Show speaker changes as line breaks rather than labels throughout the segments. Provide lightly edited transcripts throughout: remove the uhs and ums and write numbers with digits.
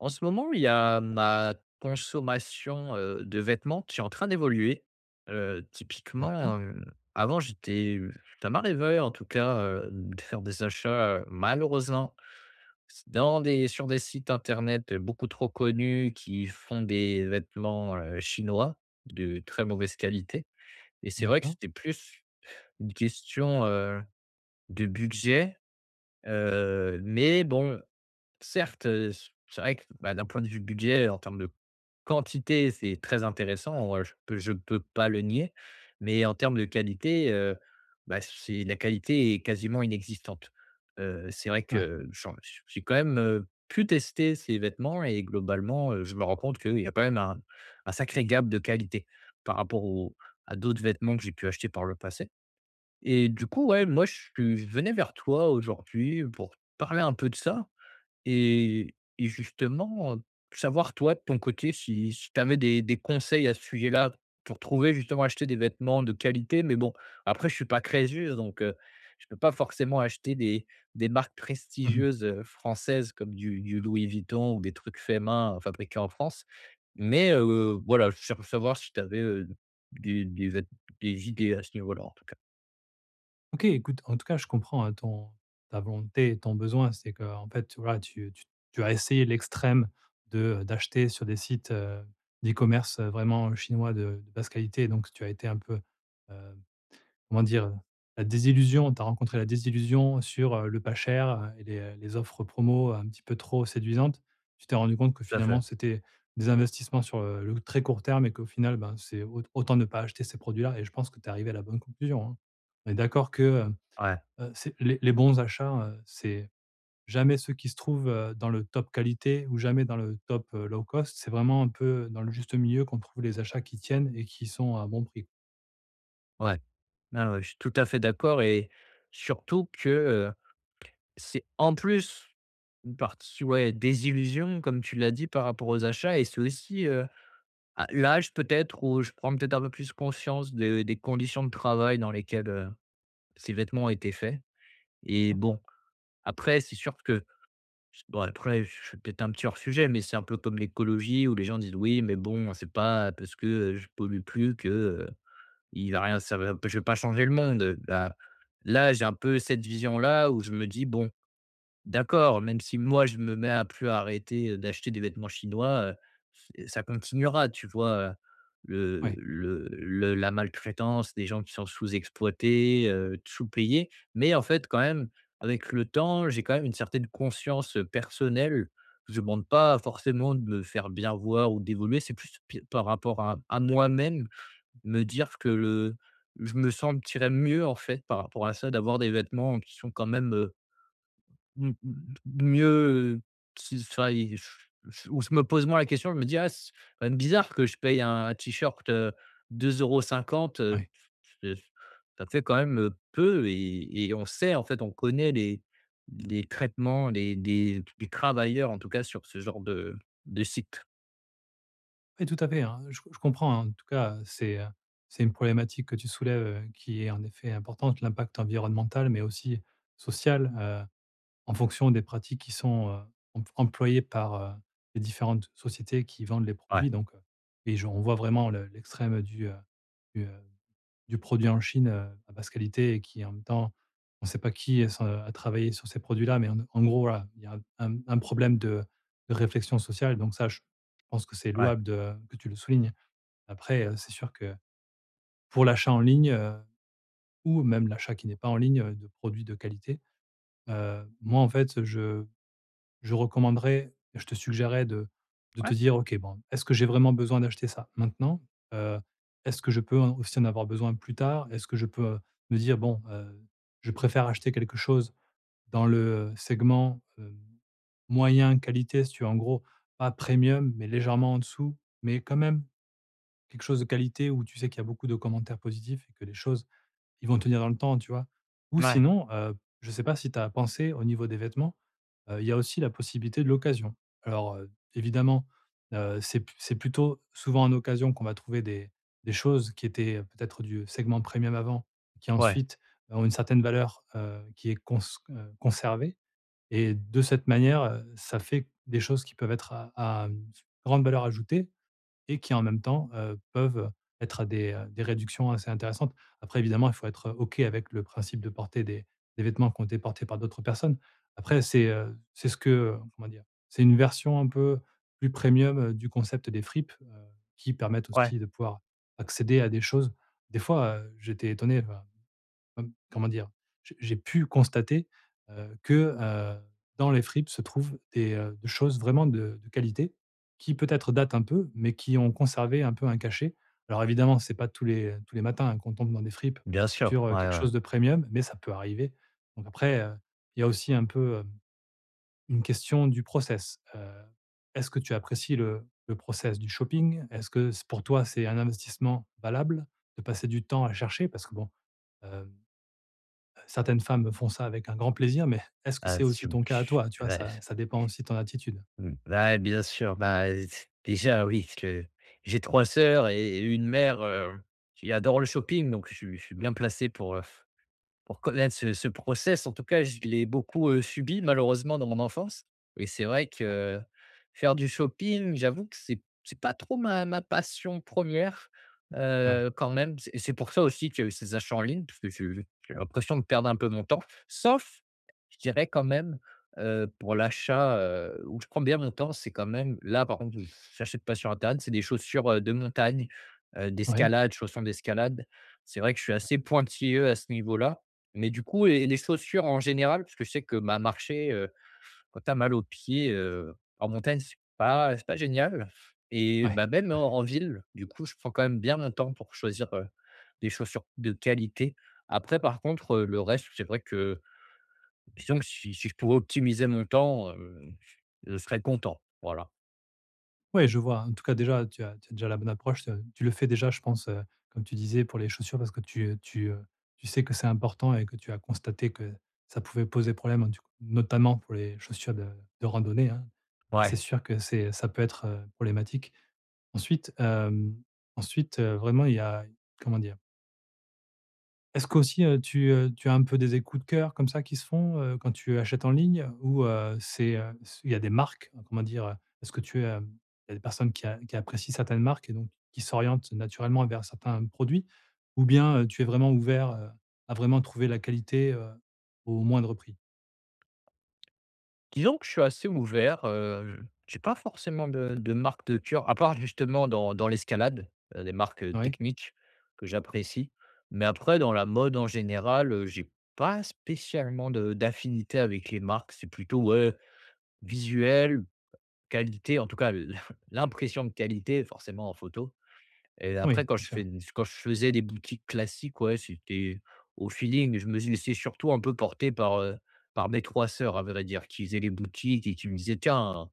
En ce moment, il y a ma consommation, de vêtements qui est en train d'évoluer.
D'accord,
Typiquement, avant j'étais un mar, en tout cas, de faire des achats, malheureusement, dans des sur des sites internet, beaucoup trop connus qui font des vêtements, chinois, de très mauvaise qualité. Et c'est vrai que
d'accord,
c'était plus une question, de budget, mais bon, certes, c'est vrai que, bah, d'un point de vue budget, en termes de quantité, c'est très intéressant, je peux pas le nier, mais en termes de qualité, bah, c'est la qualité est quasiment inexistante. C'est vrai
ouais.
que j'ai quand même, pu tester ces vêtements et globalement, je me rends compte qu'il y a quand même un sacré gap de qualité par rapport au à d'autres vêtements que j'ai pu acheter par le passé. Et du coup, ouais, moi, je venais vers toi aujourd'hui pour parler un peu de ça. Et justement, savoir toi, de ton côté, si tu avais des conseils à ce sujet-là, pour trouver, justement acheter des vêtements de qualité. Mais bon, après je suis pas créseux, donc je peux pas forcément acheter des marques
Mmh.
prestigieuses, françaises, comme du Louis Vuitton ou des trucs faits main, fabriqués en France. Mais voilà, je veux savoir si tu avais des des vêt des idées à ce niveau-là, en tout cas.
OK, écoute, en tout cas, je comprends, hein, ton ta volonté et ton besoin. C'est que en fait, tu voilà, tu tu tu as essayé l'extrême de, d'acheter sur des sites, d'e-commerce, vraiment chinois de basse qualité, donc tu as été un peu, comment dire? La désillusion, tu as rencontré la désillusion sur, le pas cher, et les offres promo un petit peu trop séduisantes. Tu t'es rendu compte que
Tout à fait.
finalement c'était des investissements sur, le très court terme et qu'au final, ben, c'est autant ne pas acheter ces produits-là, et je pense que tu es arrivé à la bonne conclusion, hein. On est d'accord que,
Ouais,
c'est les bons achats, c'est jamais ceux qui se trouvent, dans le top qualité ou jamais dans le top, low cost. C'est vraiment un peu dans le juste milieu qu'on trouve les achats qui tiennent et qui sont à bon prix,
ouais. Ouais, ouais, je suis tout à fait d'accord. Et surtout que c'est en plus une partie, ouais, désillusion comme tu l'as dit par rapport aux achats, et c'est aussi, à l'âge peut-être où je prends peut-être un peu plus conscience de des conditions de travail dans lesquelles, ces vêtements ont été faits. Et
hein?
bon, après c'est sûr que, bon, après je suis peut-être un petit hors sujet, mais c'est un peu comme l'écologie où les gens disent: «Oui, mais bon, c'est pas parce que, je pollue plus que, il va rien, ça va, je vais pas changer le monde». Bah, là, j'ai un peu cette vision-là où je me dis: «Bon, d'accord, même si moi, je me mets à plus arrêter, d'acheter des vêtements chinois, c'est ça continuera, tu vois?
Ouais,
Le la maltraitance des gens qui sont sous-exploités, sous-payés». Mais en fait, quand même, avec le temps, j'ai quand même une certaine conscience personnelle. Je ne demande pas forcément de me faire bien voir ou d'évoluer, c'est plus p par rapport à moi-même, me dire que le je me sentirais mieux, en fait, par rapport à ça, d'avoir des vêtements qui sont quand même, mmh mh, mieux, si, enfin, il je, ou je me pose moins la question, je me dis: «Ah, c'est quand même bizarre que je paye un t-shirt, deux euros cinquante,
ouais.
c'est ça fait quand même, peu». Et on sait, en fait, on connaît les traitements, les travailleurs, en tout cas, sur ce genre de site.
Oui, tout à fait, hein, je comprends, hein, en tout cas, c'est une problématique que tu soulèves, qui est en effet importante, l'impact environnemental, mais aussi social, en fonction des pratiques qui sont, employées par, les différentes sociétés qui vendent les
Ouais,
produits donc, et je on voit vraiment le l'extrême du produit en Chine, à basse qualité et qui, en même temps, on ne sait pas qui est ce a travaillé sur ces produits-là, mais en gros, voilà, il y a un problème de réflexion sociale, donc ça, je pense que c'est
ouais,
louable de que tu le soulignes. Après, c'est sûr que pour l'achat en ligne, ou même l'achat qui n'est pas en ligne, de produits de qualité, moi, en fait, je recommanderais, je te suggérerais de te
ouais,
dire: «OK, bon, est-ce que j'ai vraiment besoin d'acheter ça maintenant? Heu, Est-ce que je peux en aussi en avoir besoin plus tard? Est-ce que je peux, me dire: "Bon, je préfère acheter quelque chose dans le segment, moyen qualité"», si tu veux, en gros, pas premium, mais légèrement en dessous, mais quand même quelque chose de qualité où tu sais qu'il y a beaucoup de commentaires positifs et que les choses, ils vont tenir dans le temps, tu vois? Ou
ouais,
sinon, je sais pas si tu as pensé au niveau des vêtements. Il y a aussi la possibilité de l'occasion. Alors, évidemment, c'est plutôt souvent en occasion qu'on va trouver des choses qui étaient, peut-être du segment premium avant, qui
ouais,
ensuite ont une certaine valeur, qui est conservée, et de cette manière, ça fait des choses qui peuvent être à, mmh, grande valeur ajoutée et qui en même temps, peuvent être à des réductions assez intéressantes. Après évidemment, il faut être OK avec le principe de porter des vêtements qui ont été portés par d'autres personnes. Après c'est ce que, comment dire? C'est une version un peu plus premium, du concept des fripes, qui permettent
ouais,
aussi de pouvoir accéder à des choses. Des fois, j'étais étonné, enfin comment dire? J'ai pu constater, heu, que, heu, dans les fripes se trouvent des choses vraiment de qualité qui peut-être datent un peu, mais qui ont conservé un peu un cachet. Alors évidemment, c'est pas tous les matins, hein, qu'on tombe dans des fripes
bien sûr,
sur,
ouais,
quelque
ouais.
chose de premium, mais ça peut arriver. Donc après, il y a aussi un peu, une question du process. Est-ce que tu apprécies le process du shopping? Est-ce que c Pour toi, c'est un investissement valable de passer du temps à chercher? Parce que bon, hem certaines femmes font ça avec un grand plaisir, mais est-ce que
Ah,
c'est
su
aussi ton cas à toi? Tu vois,
ouais.
ça dépend aussi de ton attitude.
Mmh. Bah, bien sûr, bah, déjà oui, parce que j'ai 3 sœurs et une mère, qui adore le shopping, donc je suis bien placé pour connaître ce process. En tout cas, je l'ai beaucoup, subi, malheureusement, dans mon enfance. Et c'est vrai que faire du shopping, j'avoue que c'est pas trop ma passion première, re
Oui,
quand même. C'est pour ça aussi qu'il y a eu ces achats en ligne, parce que je, j'ai l'impression de perdre un peu mon temps. Sauf, je dirais quand même, pour l'achat, où je prends bien mon temps, c'est quand même là, par contre, j'achète pas sur internet, c'est des chaussures, de montagne,
oui,
d'escalade, chaussons d'escalade. C'est vrai que je suis
oui,
assez pointilleux à ce niveau-là. Mais du coup, et les chaussures en général, parce que je sais que, bah, marcher, quand tu as mal aux pieds, en montagne, c'est pas génial. Et
oui,
bah, même
tout à fait.
en en ville, du coup, je prends quand même bien mon temps pour choisir, des chaussures de qualité. Après, par contre, le reste, c'est vrai que, disons que, si je pouvais optimiser mon temps, je serais content, voilà.
Ouais, je vois. En tout cas, déjà, tu as déjà la bonne approche. Tu le fais déjà, je pense, comme tu disais, pour les chaussures parce que tu sais que c'est important et que tu as constaté que ça pouvait poser problème, hein, du coup, notamment pour les chaussures de randonnée, hein. C'est
Ouais.
sûr que c'est ça peut être, problématique. Ensuite, hem, Ensuite, vraiment, il y a comment dire? Est-ce qu'aussi, tu as un peu des écoutes de cœur comme ça qui se font, quand tu achètes en ligne ou, s il y a des marques, comment dire, Est-ce que tu, il y a des personnes qui apprécient certaines marques et donc qui s'orientent naturellement vers certains produits? Ou bien, tu es vraiment ouvert, à vraiment trouver la qualité, au moindre prix?
Disons que je suis assez ouvert, j'ai pas forcément de marque de cœur, à part justement dans l'escalade, les marques,
Oui?
techniques, que j'apprécie. Mais après dans la mode en général, j'ai pas spécialement de d'affinité avec les marques. C'est plutôt, ouais, visuel, qualité, en tout cas l l'impression de qualité, forcément en photo. Et après
Oui, bien sûr.
quand je faisais des boutiques classiques, ouais, c'était au feeling. Je me suis laissé surtout un peu porter par, par mes 3 sœurs, à vrai dire, qui faisaient les boutiques et qui me disaient: «Tiens,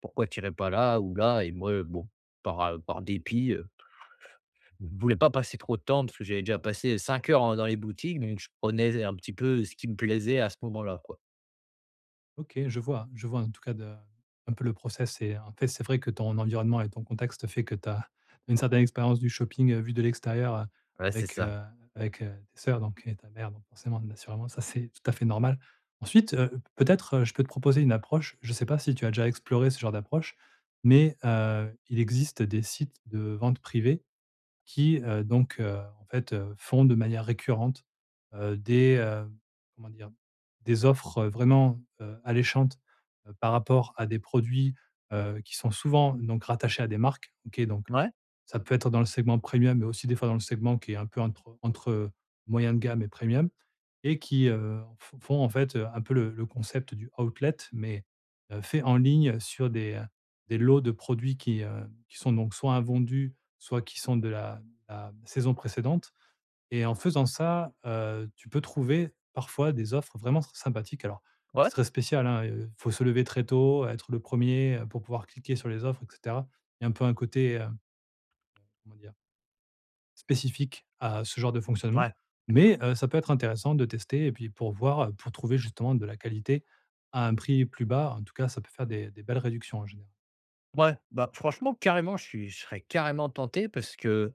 pourquoi tu irais pas là ou là ?» Et moi, bon, par, par dépit, je ne voulais pas passer trop de temps, parce que j'avais déjà passé 5 heures, hein, dans les boutiques, donc je prenais un petit peu ce qui me plaisait à ce moment-là, quoi.
OK, je vois, je vois, en tout cas de un peu le process, et en fait, c'est vrai que ton environnement et ton contexte fait que tu as une certaine expérience du shopping, vue de l'extérieur,
Ouais, c'est
avec,
ça.
heu, avec, tes sœurs donc et ta mère, donc forcément, assurément, ça c'est tout à fait normal. Ensuite, peut-être, je peux te proposer une approche, je ne sais pas si tu as déjà exploré ce genre d'approche, mais il existe des sites de vente privée qui, font de manière récurrente, heu, des, heu, comment dire? Des offres, vraiment, alléchantes, par rapport à des produits, qui sont souvent donc rattachés à des marques. OK, donc
Ouais,
ça peut être dans le segment premium, mais aussi des fois dans le segment qui est un peu entre moyen de gamme et premium, et qui, f font en fait, un peu le concept du outlet, mais fait en ligne sur des lots de produits qui sont donc soit invendus, soit qui sont de la saison précédente. Et en faisant ça, tu peux trouver parfois des offres vraiment sympathiques. Alors, c'est
ouais,
très spécial, hein, faut se lever très tôt, être le premier er pour pouvoir cliquer sur les offres, et cetera. Il y a un peu un côté, comment dire? Spécifique à ce genre de fonctionnement,
ouais,
mais ça peut être intéressant de tester et puis pour voir, pour trouver justement de la qualité à un prix plus bas. En tout cas, ça peut faire des belles réductions en général.
ouais. Bah, franchement, carrément, je serais carrément tenté, parce que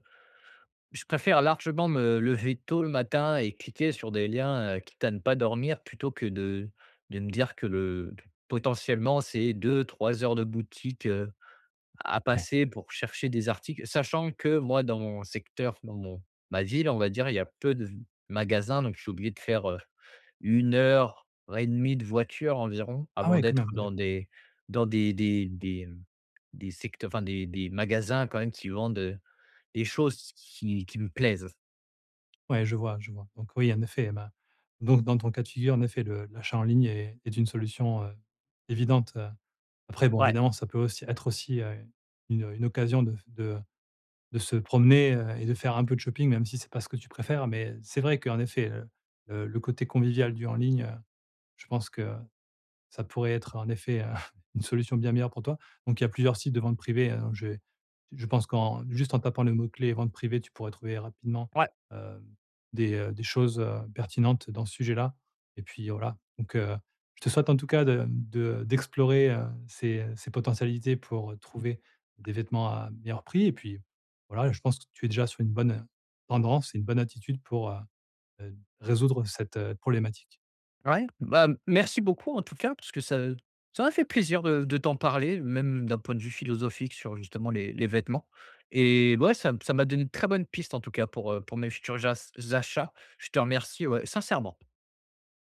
je préfère largement me lever tôt le matin et cliquer sur des liens, quitte à ne pas dormir, plutôt que de me dire que le potentiellement, c'est deux trois heures de boutique, à
Ouais.
passer pour chercher des articles. Sachant que moi, dans mon secteur, dans mon ma ville, on va dire, il y a peu de magasins, donc je suis obligé de faire, 1 heure et demie de voiture environ,
Ah
avant
ouais, quand
d'être
même, d'accord.
dans des secteurs, enfin des magasins, quand même, qui vendent des choses qui me plaisent.
Ouais, je vois, je vois. Donc oui, en effet, ben, donc dans ton cas de figure, en effet, le l'achat en ligne est une solution, évidente, Après bon,
Ouais,
évidemment, ça peut aussi être aussi, une occasion de de se promener, et de faire un peu de shopping, même si c'est pas ce que tu préfères. Mais c'est vrai qu'en effet, le côté convivial du en ligne, je pense que ça pourrait être en effet, une solution bien meilleure pour toi. Donc il y a plusieurs sites de vente privée, je pense qu'en juste en tapant le mot-clé «vente privée», tu pourrais trouver rapidement,
ouais,
heu, des choses, pertinentes dans ce sujet-là, et puis voilà. Donc, je te souhaite en tout cas de d'explorer, ces potentialités pour trouver des vêtements à meilleur prix, et puis voilà, je pense que tu es déjà sur une bonne tendance et une bonne attitude pour, résoudre cette, problématique.
ouais. Bah, merci beaucoup, en tout cas, parce que ça m'a fait plaisir de t'en parler, même d'un point de vue philosophique, sur justement les vêtements. Et ouais, ça m'a donné de très bonnes pistes, en tout cas, pour mes futurs jas achats. Je te remercie, ouais, sincèrement.